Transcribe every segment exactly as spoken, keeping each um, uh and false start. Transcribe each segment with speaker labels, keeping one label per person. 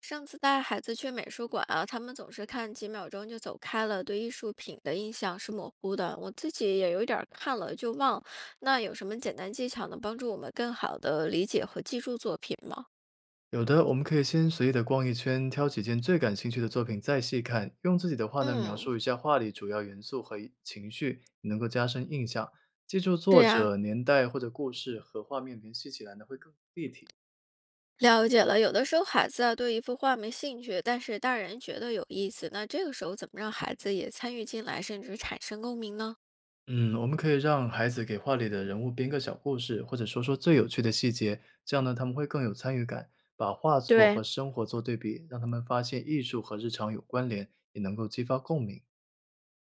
Speaker 1: 上次带孩子去美术馆啊，他们总是看几秒钟就走开了，对艺术品的印象是模糊的。我自己也有一点儿看了就忘。那有什么简单技巧能帮助我们更好的理解和记住作品吗？
Speaker 2: 有的，我们可以先随意的逛一圈，挑几件最感兴趣的作品再细看，用自己的话呢描
Speaker 1: 嗯，
Speaker 2: 述一下画里主要元素和一情绪，能够加深印象。记住
Speaker 1: 是
Speaker 2: 作
Speaker 1: 呀，
Speaker 2: 者、年代或者故事和画面联系起来呢会更立体。
Speaker 1: 了解了。有的时候孩子啊对一幅画没兴趣，但是大人觉得有意思，那这个时候怎么让孩子也参与进来，甚至产生共鸣呢？
Speaker 2: 嗯，我们可以让孩子给画里的人物编个小故事，或者说说最有趣的细节，这样呢他们会更有参与感。把画作
Speaker 1: 对。
Speaker 2: 和生活做对比，让他们发现艺术和日常有关联，也能够激发共鸣。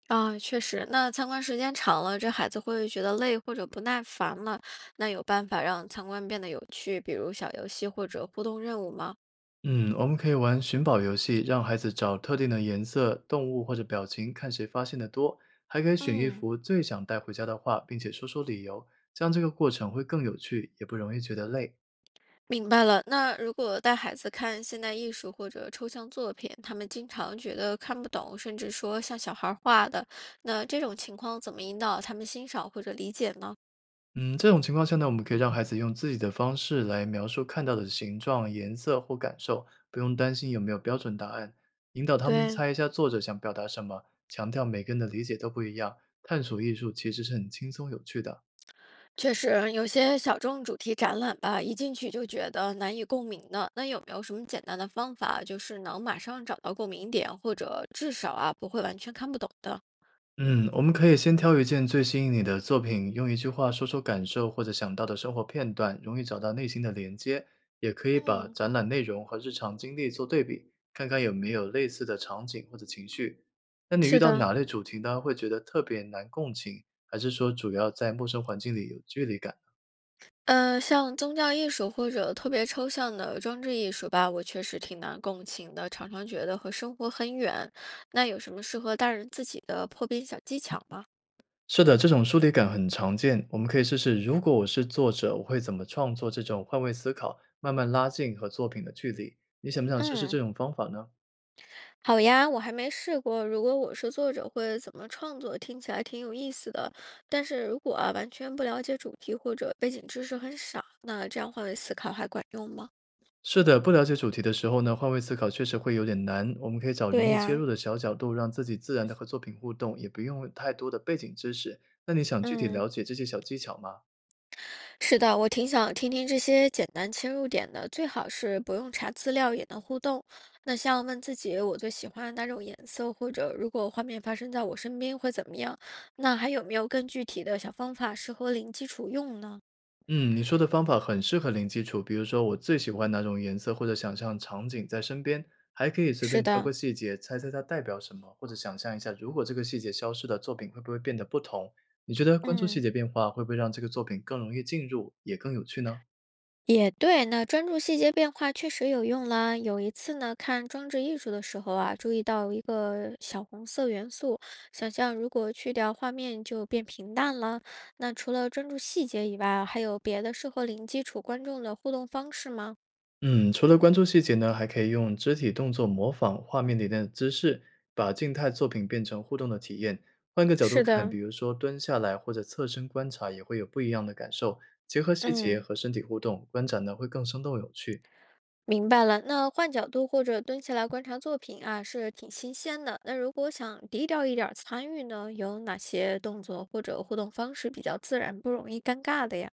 Speaker 1: 啊，确实，那参观时间长了，这孩子会觉得累或者不耐烦了。那有办法让参观变得有趣，比如小游戏或者互动任务吗？
Speaker 2: 嗯，我们可以玩寻宝游戏，让孩子找特定的颜色、动物或者表情，看谁发现的多。还可以选一
Speaker 1: 嗯，
Speaker 2: 幅最想带回家的画，并且说说理由，这样这个过程会更有趣，也不容易觉得累。
Speaker 1: 明白了。那如果带孩子看现代艺术或者抽象作品，他们经常觉得看不懂，甚至说像小孩儿画的，那这种情况怎么引导他们欣赏或者理解呢？
Speaker 2: 嗯，这种情况下呢，我们可以让孩子用自己的方式来描述看到的形状、颜色或感受，不用担心有没有标准答案，引导他们
Speaker 1: 对，
Speaker 2: 猜一下作者想表达什么，强调每个人的理解都不一样，探索艺术其实是很轻松有趣的。
Speaker 1: 确实，有些小众主题展览吧，一进去就觉得难以共鸣的。那有没有什么简单的方法，就是能马上找到共鸣点，或者至少啊不会完全看不懂的？
Speaker 2: 嗯，我们可以先挑一件最吸引你的作品，用一句话说出感受或者想到的生活片段，容易找到内心的连接。也可以把
Speaker 1: 嗯，
Speaker 2: 展览内容和日常经历做对比，看看有没有类似的场景或者情绪。那你遇
Speaker 1: 是
Speaker 2: 到
Speaker 1: 的，
Speaker 2: 哪类主题呢？会觉得特别难共情，还是说主要在陌生环境里有距离感？
Speaker 1: 嗯，像宗教艺术或者特别抽象的装置艺术吧，我确实挺难共情的，常常觉得和生活很远。那有什么适合大人自己的破冰小技巧吗？
Speaker 2: 是的，这种疏离感很常见。我们可以试试，如果我是作者，我会怎么创作？这种换位思考，慢慢拉近和作品的距离。你想不想试试这
Speaker 1: 嗯。
Speaker 2: 种方法呢？
Speaker 1: 好呀，我还没试过。如果我是作者，会怎么创作？听起来挺有意思的。但是如果啊完全不了解主题或者背景知识很少，那这样换位思考还管用吗？
Speaker 2: 是的，不了解主题的时候呢，换位思考确实会有点难。我们可以找容
Speaker 1: 对
Speaker 2: 易切
Speaker 1: 呀，
Speaker 2: 入的小角度，让自己自然的和作品互动，也不用太多的背景知识。那你想具体
Speaker 1: 嗯，
Speaker 2: 了解这些小技巧吗？
Speaker 1: 是的，我挺想听听这些简单切入点的，最好是不用查资料也能互动。那像问自己我最喜欢哪种颜色，或者如果画面发生在我身边会怎么样？那还有没有更具体的小方法适合零基础用呢？
Speaker 2: 嗯，你说的方法很适合零基础，比如说我最喜欢哪种颜色，或者想象场景在身边，还可以随
Speaker 1: 是
Speaker 2: 便挑
Speaker 1: 的，
Speaker 2: 个细节，猜猜它代表什么，或者想象一下，如果这个细节消失了，作品会不会变得不同？你觉得关注细
Speaker 1: 嗯。
Speaker 2: 节变化会不会让这个作品更容易进入，也更有趣呢？
Speaker 1: 也对，那专注细节变化确实有用啦。有一次呢，看装置艺术的时候啊，注意到一个小红色元素，想象如果去掉画面就变平淡了。那除了专注细节以外啊还有别的适合零基础观众的互动方式吗？
Speaker 2: 嗯，除了关注细节呢，还可以用肢体动作模仿画面里的姿势，把静态作品变成互动的体验。换个角度
Speaker 1: 是
Speaker 2: 看，
Speaker 1: 的，
Speaker 2: 比如说蹲下来或者侧身观察，也会有不一样的感受。结合细节
Speaker 1: 嗯，
Speaker 2: 和身体互动，观展呢会更生动有趣。
Speaker 1: 明白了。那换角度或者蹲下来观察作品啊，是挺新鲜的。那如果想低调一点儿参与呢，有哪些动作或者互动方式比较自然，不容易尴尬的呀？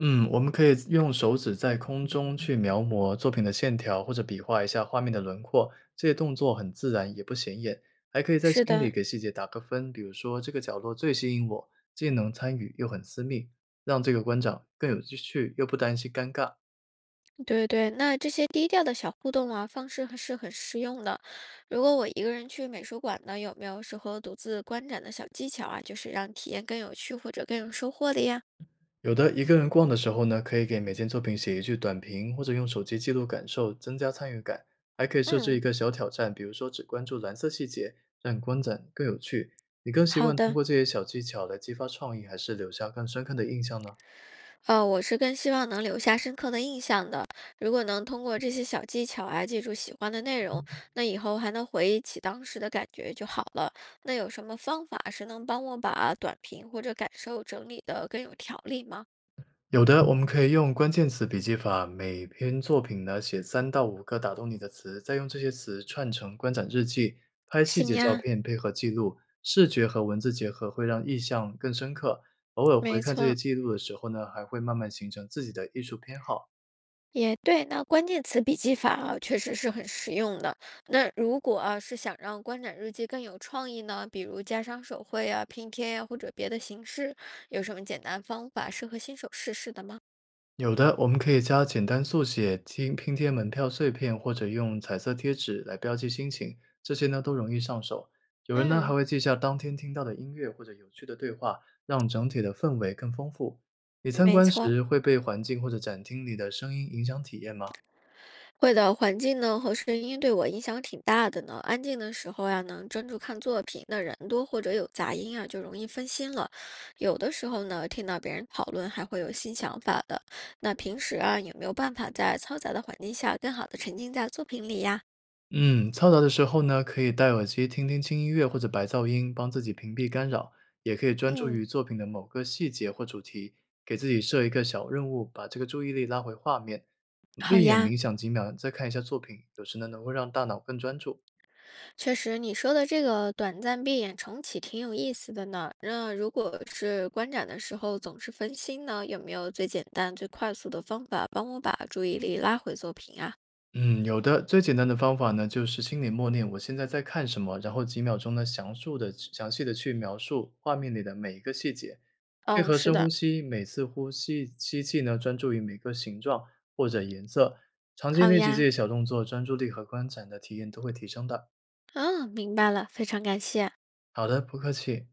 Speaker 2: 嗯，我们可以用手指在空中去描摹作品的线条，或者比划一下画面的轮廓，这些动作很自然，也不显眼。还可以在
Speaker 1: 是
Speaker 2: 心里
Speaker 1: 的，
Speaker 2: 给细节打个分，比如说这个角落最吸引我，既能参与又很私密，让这个观赏更有趣，又不担心尴尬。
Speaker 1: 对对，那这些低调的小互动啊，方式还是很实用的。如果我一个人去美术馆呢，有没有适合独自观展的小技巧啊？就是让体验更有趣或者更有收获的呀？
Speaker 2: 有的一个人逛的时候呢，可以给每件作品写一句短评，或者用手机记录感受，增加参与感。还可以设置一
Speaker 1: 嗯，
Speaker 2: 个小挑战，比如说只关注蓝色细节，让观展更有趣。你更希
Speaker 1: 好
Speaker 2: 望通
Speaker 1: 的，
Speaker 2: 过这些小技巧来激发创意，还是留下更深刻的印象呢？
Speaker 1: 呃，我是更希望能留下深刻的印象的。如果能通过这些小技巧啊，记住喜欢的内容，那以后还能回忆起当时的感觉就好了。那有什么方法是能帮我把短评或者感受整理的更有条理吗？
Speaker 2: 有的，我们可以用关键词笔记法，每篇作品呢写三到五个打动你的词，再用这些词串成观展日记，拍细
Speaker 1: 行
Speaker 2: 节照
Speaker 1: 呀，
Speaker 2: 片配合记录，视觉和文字结合会让印象更深刻。偶尔回
Speaker 1: 没
Speaker 2: 看这些
Speaker 1: 错。
Speaker 2: 记录的时候呢，还会慢慢形成自己的艺术偏好。
Speaker 1: 也对，那关键词笔记法啊，确实是很实用的。那如果啊是想让观展日记更有创意呢，比如加上手绘啊、拼贴呀、或者别的形式，有什么简单方法适合新手试试的吗？
Speaker 2: 有的，我们可以加简单速写、拼拼贴门票碎片，或者用彩色贴纸来标记心情，这些呢都容易上手。有人呢还
Speaker 1: 嗯，
Speaker 2: 会记下当天听到的音乐或者有趣的对话，让整体的氛围更丰富。你参
Speaker 1: 没
Speaker 2: 观
Speaker 1: 错，
Speaker 2: 时会被环境或者展厅里的声音影响体验吗？
Speaker 1: 会的，环境呢和声音对我影响挺大的呢。安静的时候呀，能专注看作品；那人多或者有杂音啊，就容易分心了。有的时候呢，听到别人讨论，还会有新想法的。那平时啊，有没有办法在嘈杂的环境下，更好的沉浸在作品里呀？
Speaker 2: 嗯，嘈杂的时候呢，可以戴耳机听听轻音乐或者白噪音，帮自己屏蔽干扰；也可以专注
Speaker 1: 嗯，
Speaker 2: 于作品的某个细节或主题，给自己设一个小任务，把这个注意力拉回画面。
Speaker 1: 好
Speaker 2: 闭眼
Speaker 1: 呀，
Speaker 2: 冥想几秒，再看一下作品，有时呢能够让大脑更专注。
Speaker 1: 确实你说的这个短暂闭眼重启挺有意思的呢。那如果是观展的时候总是分心呢，有没有最简单、最快速的方法帮我把注意力拉回作品啊？
Speaker 2: 嗯，有的。最简单的方法呢，就是心里默念我现在在看什么，然后几秒钟呢，详述的、详细的去描述画面里的每一个细节，配
Speaker 1: 嗯，
Speaker 2: 合
Speaker 1: 是
Speaker 2: 深呼
Speaker 1: 的，
Speaker 2: 吸，每次呼吸吸气呢，专注于每个形状或者颜色。长期
Speaker 1: 好
Speaker 2: 练习这
Speaker 1: 呀，
Speaker 2: 些小动作，专注力和观展的体验都会提升的。
Speaker 1: 嗯，明白了，非常感谢。
Speaker 2: 好的，不客气。